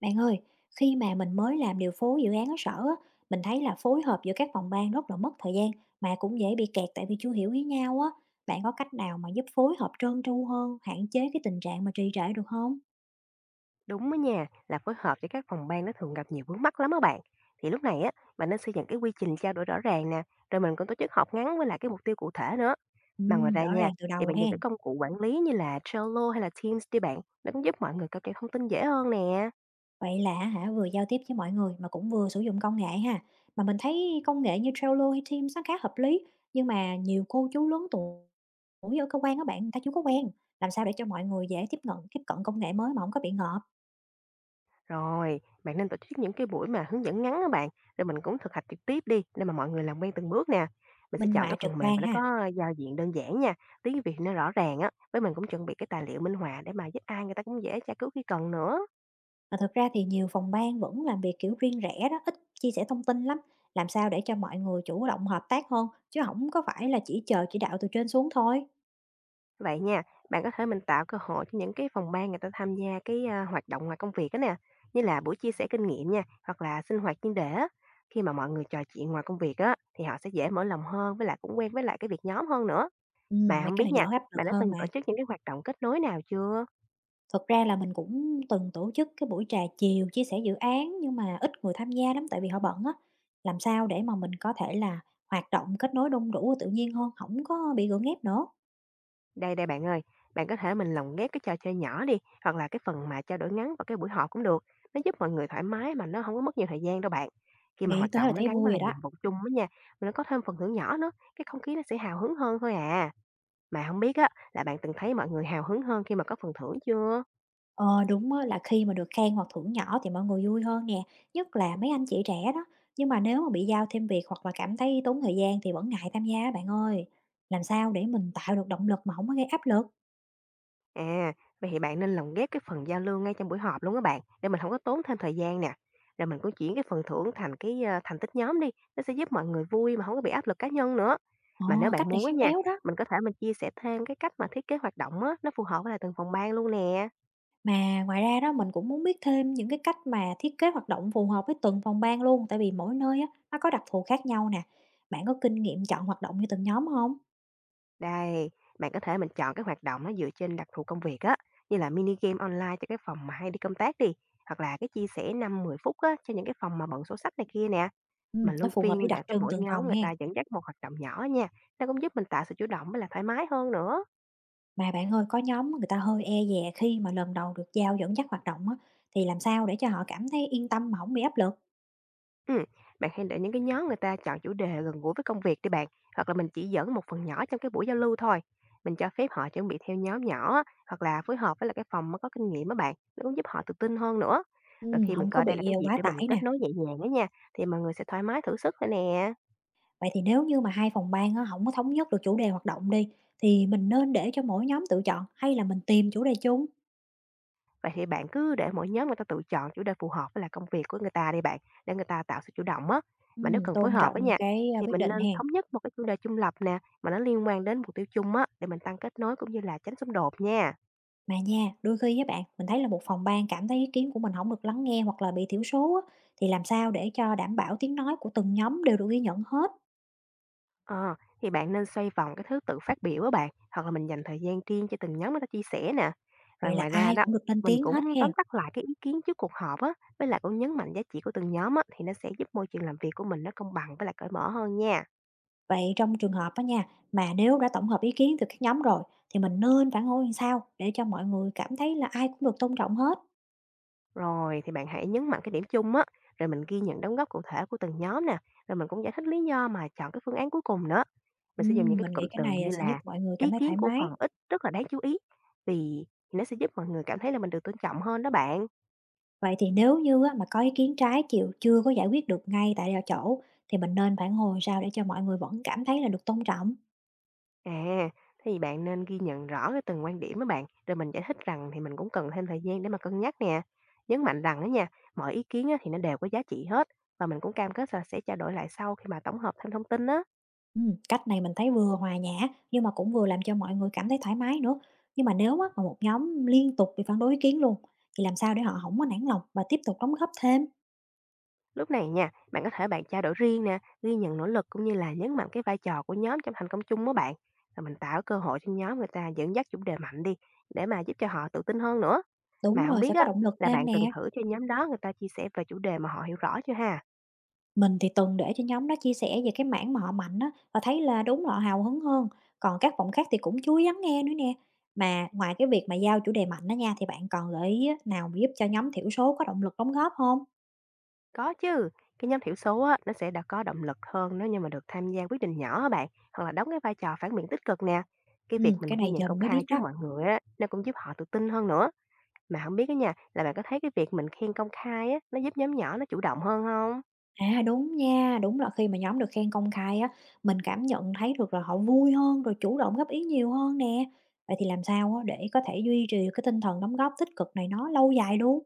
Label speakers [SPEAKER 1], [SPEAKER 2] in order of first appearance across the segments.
[SPEAKER 1] Bạn ơi, khi mà mình mới làm điều phối dự án ở sở á, mình thấy là phối hợp giữa các phòng ban rất là mất thời gian mà cũng dễ bị kẹt tại vì chưa hiểu ý nhau á. Bạn có cách nào mà giúp phối hợp trơn tru hơn, hạn chế cái tình trạng mà trì trệ được không?
[SPEAKER 2] Đúng đó nha, là phối hợp với các phòng ban nó thường gặp nhiều vướng mắc lắm á bạn. Thì lúc này á, bạn nên xây dựng cái quy trình trao đổi rõ ràng nè, rồi mình cũng tổ chức họp ngắn với lại cái mục tiêu cụ thể nữa.
[SPEAKER 1] Ừ,
[SPEAKER 2] Mà ngoài ra
[SPEAKER 1] rõ
[SPEAKER 2] nha,
[SPEAKER 1] ràng từ
[SPEAKER 2] thì
[SPEAKER 1] đầu
[SPEAKER 2] bạn dùng cái
[SPEAKER 1] hen.
[SPEAKER 2] công cụ quản lý như là Trello hay là Teams đi bạn, nó cũng giúp mọi người cập nhật thông tin dễ hơn nè.
[SPEAKER 1] Vậy là vừa giao tiếp với mọi người mà cũng vừa sử dụng công nghệ ha. Mà mình thấy công nghệ như Trello hay Teams nó khá hợp lý, nhưng mà nhiều cô chú lớn tuổi tuổi ở cơ quan các bạn người ta chưa có quen. Làm sao để cho mọi người dễ tiếp cận công nghệ mới mà không có bị ngợp?
[SPEAKER 2] Rồi, bạn nên tổ chức những cái buổi mà hướng dẫn ngắn á bạn, rồi mình cũng thực hành trực tiếp đi, để mà mọi người làm quen từng bước nè. Mình sẽ
[SPEAKER 1] Minh
[SPEAKER 2] chọn cái
[SPEAKER 1] họa trực
[SPEAKER 2] phần mềm mà
[SPEAKER 1] quan
[SPEAKER 2] nó
[SPEAKER 1] ha.
[SPEAKER 2] có giao diện đơn giản nha, tiếng Việt nó rõ ràng á, với mình cũng chuẩn bị cái tài liệu minh họa để mà giúp ai người ta cũng dễ tra cứu khi cần nữa.
[SPEAKER 1] Mà thực ra thì nhiều phòng ban vẫn làm việc kiểu riêng rẽ đó, ít chia sẻ thông tin lắm. Làm sao để cho mọi người chủ động hợp tác hơn, chứ không có phải là chỉ chờ chỉ đạo từ trên xuống thôi?
[SPEAKER 2] Vậy nha, bạn có thể mình tạo cơ hội cho những cái phòng ban người ta tham gia cái hoạt động ngoài công việc á nè, như là buổi chia sẻ kinh nghiệm nha, hoặc là sinh hoạt chuyên đề á. Khi mà mọi người trò chuyện ngoài công việc á, thì họ sẽ dễ mở lòng hơn, với lại cũng quen với lại cái việc nhóm hơn nữa. Mà
[SPEAKER 1] Mấy
[SPEAKER 2] không
[SPEAKER 1] cái
[SPEAKER 2] biết
[SPEAKER 1] này
[SPEAKER 2] nha,
[SPEAKER 1] đỡ áp lực
[SPEAKER 2] bạn đã từng
[SPEAKER 1] hơn mà.
[SPEAKER 2] tổ chức những cái hoạt động kết nối nào chưa?
[SPEAKER 1] Thực ra là mình cũng từng tổ chức cái buổi trà chiều chia sẻ dự án nhưng mà ít người tham gia lắm tại vì họ bận á. Làm sao để mà mình có thể là hoạt động kết nối đông đủ và tự nhiên hơn, không có bị gượng ép nữa?
[SPEAKER 2] Đây, đây bạn ơi, bạn có thể mình lồng ghép cái trò chơi nhỏ đi, hoặc là cái phần mà trao đổi ngắn vào cái buổi họp cũng được. Nó giúp mọi người thoải mái mà nó không có mất nhiều thời gian đâu bạn. Khi mà
[SPEAKER 1] Nghĩ
[SPEAKER 2] hoạt
[SPEAKER 1] tới là
[SPEAKER 2] động nó
[SPEAKER 1] thấy
[SPEAKER 2] gắn với
[SPEAKER 1] vui
[SPEAKER 2] là
[SPEAKER 1] rồi
[SPEAKER 2] nhiệm
[SPEAKER 1] đó.
[SPEAKER 2] vụ chung đó nha, mà nó có thêm phần thưởng nhỏ nữa, cái không khí nó sẽ hào hứng hơn thôi à. Mà không biết á, là bạn từng thấy mọi người hào hứng hơn khi mà có phần thưởng chưa?
[SPEAKER 1] Ờ, đúng á, là khi mà được khen hoặc thưởng nhỏ thì mọi người vui hơn nè, nhất là mấy anh chị trẻ đó. Nhưng mà nếu mà bị giao thêm việc hoặc là cảm thấy tốn thời gian thì vẫn ngại tham gia á bạn ơi. Làm sao để mình tạo được động lực mà không có gây áp lực?
[SPEAKER 2] À, vậy thì bạn nên lồng ghép cái phần giao lưu ngay trong buổi họp luôn các bạn, để mình không có tốn thêm thời gian nè. Rồi mình cũng chuyển cái phần thưởng thành cái thành tích nhóm đi, nó sẽ giúp mọi người vui mà không có bị áp lực cá nhân nữa.
[SPEAKER 1] Ờ,
[SPEAKER 2] Mà nếu
[SPEAKER 1] cách
[SPEAKER 2] bạn
[SPEAKER 1] này
[SPEAKER 2] muốn á
[SPEAKER 1] khéo
[SPEAKER 2] nha,
[SPEAKER 1] léo đó.
[SPEAKER 2] mình có thể mình chia sẻ thêm cái cách mà thiết kế hoạt động á, nó phù hợp với lại từng phòng ban luôn nè.
[SPEAKER 1] Mà ngoài ra đó, mình cũng muốn biết thêm những cái cách mà thiết kế hoạt động phù hợp với từng phòng ban luôn, tại vì mỗi nơi á, nó có đặc thù khác nhau nè. Bạn có kinh nghiệm chọn hoạt động như từng nhóm không?
[SPEAKER 2] Đây, bạn có thể mình chọn cái hoạt động nó dựa trên đặc thù công việc á, như là mini game online cho cái phòng mà hay đi công tác đi, hoặc là cái chia sẻ 5-10 phút á, cho những cái phòng mà bận sổ sách này kia nè.
[SPEAKER 1] Ừ,
[SPEAKER 2] Mình
[SPEAKER 1] nó
[SPEAKER 2] luân
[SPEAKER 1] phù hợp
[SPEAKER 2] phiên
[SPEAKER 1] với đặc
[SPEAKER 2] để có
[SPEAKER 1] trưng
[SPEAKER 2] mỗi
[SPEAKER 1] từng
[SPEAKER 2] nhóm
[SPEAKER 1] phòng
[SPEAKER 2] người
[SPEAKER 1] ha.
[SPEAKER 2] ta dẫn dắt một hoạt động nhỏ nha. Nó cũng giúp mình tạo sự chủ động với là thoải mái hơn nữa.
[SPEAKER 1] Mà bạn ơi, có nhóm người ta hơi e dè khi mà lần đầu được giao dẫn dắt hoạt động á, thì làm sao để cho họ cảm thấy yên tâm mà không bị áp lực?
[SPEAKER 2] Ừ. Bạn hãy để những cái nhóm người ta chọn chủ đề gần gũi với công việc đi bạn. Hoặc là mình chỉ dẫn một phần nhỏ trong cái buổi giao lưu thôi. Mình cho phép họ chuẩn bị theo nhóm nhỏ á, hoặc là phối hợp với là cái phòng mới có kinh nghiệm á bạn. Nó cũng giúp họ tự tin hơn nữa. Rồi khi mình
[SPEAKER 1] Hông có
[SPEAKER 2] coi đây là
[SPEAKER 1] bị,
[SPEAKER 2] cái dịp
[SPEAKER 1] quá
[SPEAKER 2] để mình
[SPEAKER 1] tải
[SPEAKER 2] kết
[SPEAKER 1] nè.
[SPEAKER 2] nối nhẹ nhàng đó nha, thì mọi người sẽ thoải mái thử sức thôi nè.
[SPEAKER 1] Vậy thì nếu như mà hai phòng ban á, hổng có thống nhất được chủ đề hoạt động đi, thì mình nên để cho mỗi nhóm tự chọn hay là mình tìm chủ đề chung?
[SPEAKER 2] Vậy thì bạn cứ để mỗi nhóm người ta tự chọn chủ đề phù hợp với là công việc của người ta đi bạn, để người ta tạo sự chủ động á. Mà nếu cần phối
[SPEAKER 1] Tôn
[SPEAKER 2] hợp á
[SPEAKER 1] trọng
[SPEAKER 2] nha,
[SPEAKER 1] cái,
[SPEAKER 2] thì
[SPEAKER 1] quyết
[SPEAKER 2] mình
[SPEAKER 1] định
[SPEAKER 2] nên
[SPEAKER 1] hén.
[SPEAKER 2] thống nhất một cái chủ đề trung lập nè, mà nó liên quan đến mục tiêu chung á, để mình tăng kết nối cũng như là tránh xung đột nha.
[SPEAKER 1] Mà nha, đôi khi với bạn, mình thấy là một phòng ban cảm thấy ý kiến của mình không được lắng nghe hoặc là bị thiểu số á, thì làm sao để cho đảm bảo tiếng nói của từng nhóm đều được ghi nhận hết?
[SPEAKER 2] Ờ, thì bạn nên xoay vòng cái thứ tự phát biểu á bạn, hoặc là mình dành thời gian riêng cho từng nhóm người ta chia sẻ nè. Rồi
[SPEAKER 1] Vậy là
[SPEAKER 2] ngoài ra
[SPEAKER 1] ai
[SPEAKER 2] đó,
[SPEAKER 1] cũng được lên
[SPEAKER 2] mình
[SPEAKER 1] tiếng hết
[SPEAKER 2] cũng
[SPEAKER 1] hén.
[SPEAKER 2] tóm tắt lại cái ý kiến trước cuộc họp á, với lại cũng nhấn mạnh giá trị của từng nhóm á, thì nó sẽ giúp môi trường làm việc của mình nó công bằng với lại cởi mở hơn nha.
[SPEAKER 1] Vậy trong trường hợp đó nha, mà nếu đã tổng hợp ý kiến từ các nhóm rồi thì mình nên phản hồi làm sao để cho mọi người cảm thấy là ai cũng được tôn trọng hết?
[SPEAKER 2] Rồi, thì bạn hãy nhấn mạnh cái điểm chung á, rồi mình ghi nhận đóng góp cụ thể của từng nhóm nè, rồi mình cũng giải thích lý do mà chọn cái phương án cuối cùng nữa. Mình sẽ dùng những cái
[SPEAKER 1] Mình
[SPEAKER 2] cụm
[SPEAKER 1] nghĩ cái
[SPEAKER 2] từ
[SPEAKER 1] này
[SPEAKER 2] như
[SPEAKER 1] sẽ giúp
[SPEAKER 2] là:
[SPEAKER 1] mọi người cảm
[SPEAKER 2] ý
[SPEAKER 1] thấy
[SPEAKER 2] kiến
[SPEAKER 1] thoải
[SPEAKER 2] của
[SPEAKER 1] mái.
[SPEAKER 2] phòng ít rất là đáng chú ý, vì nó sẽ giúp mọi người cảm thấy là mình được tôn trọng hơn đó bạn.
[SPEAKER 1] Vậy thì nếu như á, mà có ý kiến trái chiều chưa có giải quyết được ngay tại chỗ thì mình nên phản hồi sao để cho mọi người vẫn cảm thấy là được tôn trọng?
[SPEAKER 2] À, thì bạn nên ghi nhận rõ cái từng quan điểm đó bạn, rồi mình giải thích rằng thì mình cũng cần thêm thời gian để mà cân nhắc nè. Nhấn mạnh rằng đó nha, mọi ý kiến á, thì nó đều có giá trị hết, và mình cũng cam kết là sẽ trao đổi lại sau khi mà tổng hợp thêm thông tin á.
[SPEAKER 1] Cách này mình thấy vừa hòa nhã nhưng mà cũng vừa làm cho mọi người cảm thấy thoải mái nữa. Nhưng mà nếu á, mà một nhóm liên tục bị phản đối ý kiến luôn thì làm sao để họ không có nản lòng và tiếp tục đóng góp thêm?
[SPEAKER 2] Lúc này nha, bạn có thể bạn trao đổi riêng nè, ghi nhận nỗ lực cũng như là nhấn mạnh cái vai trò của nhóm trong thành công chung đó bạn. Rồi mình tạo cơ hội cho nhóm người ta dẫn dắt chủ đề mạnh đi, để mà giúp cho họ tự tin hơn nữa.
[SPEAKER 1] Đúng
[SPEAKER 2] Mà không
[SPEAKER 1] rồi,
[SPEAKER 2] biết
[SPEAKER 1] sẽ có
[SPEAKER 2] á,
[SPEAKER 1] động lực
[SPEAKER 2] là
[SPEAKER 1] thêm
[SPEAKER 2] bạn từng
[SPEAKER 1] nè.
[SPEAKER 2] thử cho nhóm đó người ta chia sẻ về chủ đề mà họ hiểu rõ chưa ha?
[SPEAKER 1] Mình thì từng để cho nhóm đó chia sẻ về cái mảng mà họ mạnh á, và thấy là đúng là họ hào hứng hơn. Còn các phòng khác thì cũng chú ý lắng nghe nữa nè. Mà ngoài cái việc mà giao chủ đề mạnh đó nha, thì bạn còn gợi ý á, nào mà giúp cho nhóm thiểu số có động lực đóng góp không?
[SPEAKER 2] Có chứ. Cái nhóm thiểu số á, nó sẽ đã có động lực hơn nếu như mà được tham gia quyết định nhỏ á bạn, hoặc là đóng cái vai trò phản biện tích cực nè. Cái việc
[SPEAKER 1] Ừ,
[SPEAKER 2] mình
[SPEAKER 1] cái
[SPEAKER 2] ghi
[SPEAKER 1] này
[SPEAKER 2] nhận
[SPEAKER 1] giờ
[SPEAKER 2] công
[SPEAKER 1] mình mới
[SPEAKER 2] khai
[SPEAKER 1] biết
[SPEAKER 2] trước
[SPEAKER 1] đó.
[SPEAKER 2] mọi người á, nó cũng giúp họ tự tin hơn nữa. Mà không biết á nha, là bạn có thấy cái việc mình khen công khai á, nó giúp nhóm nhỏ nó chủ động hơn không?
[SPEAKER 1] À đúng nha, đúng là khi mà nhóm được khen công khai á, mình cảm nhận thấy được là họ vui hơn, rồi chủ động góp ý nhiều hơn nè. Vậy thì làm sao á, để có thể duy trì cái tinh thần đóng góp tích cực này nó lâu dài luôn?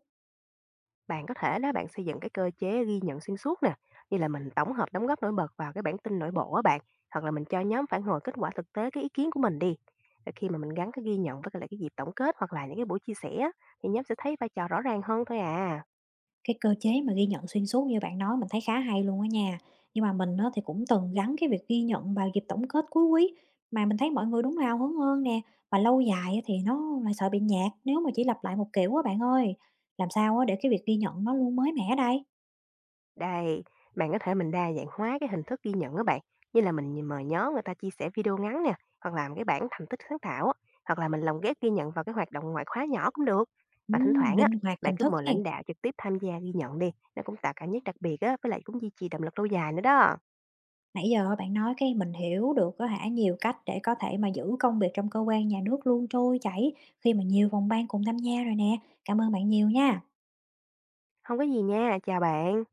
[SPEAKER 2] Bạn có thể đó bạn xây dựng cái cơ chế ghi nhận xuyên suốt nè, như là mình tổng hợp đóng góp nổi bật vào cái bản tin nội bộ á bạn, hoặc là mình cho nhóm phản hồi kết quả thực tế cái ý kiến của mình đi. Rồi khi mà mình gắn cái ghi nhận với lại cái dịp tổng kết hoặc là những cái buổi chia sẻ á, thì nhóm sẽ thấy vai trò rõ ràng hơn thôi à.
[SPEAKER 1] Cái cơ chế mà ghi nhận xuyên suốt như bạn nói mình thấy khá hay luôn á nha. Nhưng mà mình á thì cũng từng gắn cái việc ghi nhận vào dịp tổng kết cuối quý, mà mình thấy mọi người đúng là hào hứng hơn nè, và lâu dài á thì nó lại sợ bị nhạt nếu mà chỉ lặp lại một kiểu á bạn ơi. Làm sao á để cái việc ghi nhận nó luôn mới mẻ đây?
[SPEAKER 2] Đây, bạn có thể mình đa dạng hóa cái hình thức ghi nhận á bạn, như là mình mời nhóm người ta chia sẻ video ngắn nè, hoặc làm cái bảng thành tích sáng tạo á, hoặc là mình lồng ghép ghi nhận vào cái hoạt động ngoại khóa nhỏ cũng được. Và thỉnh thoảng á,
[SPEAKER 1] Linh hoạt
[SPEAKER 2] bạn
[SPEAKER 1] hình
[SPEAKER 2] cứ
[SPEAKER 1] thức
[SPEAKER 2] mời
[SPEAKER 1] hen.
[SPEAKER 2] lãnh đạo trực tiếp tham gia ghi nhận đi, nó cũng tạo cảm giác đặc biệt á, với lại cũng duy trì động lực lâu dài nữa đó.
[SPEAKER 1] Nãy giờ bạn nói cái mình hiểu được có nhiều cách để có thể mà giữ công việc trong cơ quan nhà nước luôn trôi chảy khi mà nhiều phòng ban cùng tham gia rồi nè. Cảm ơn bạn nhiều nha.
[SPEAKER 2] Không có gì nha, chào bạn.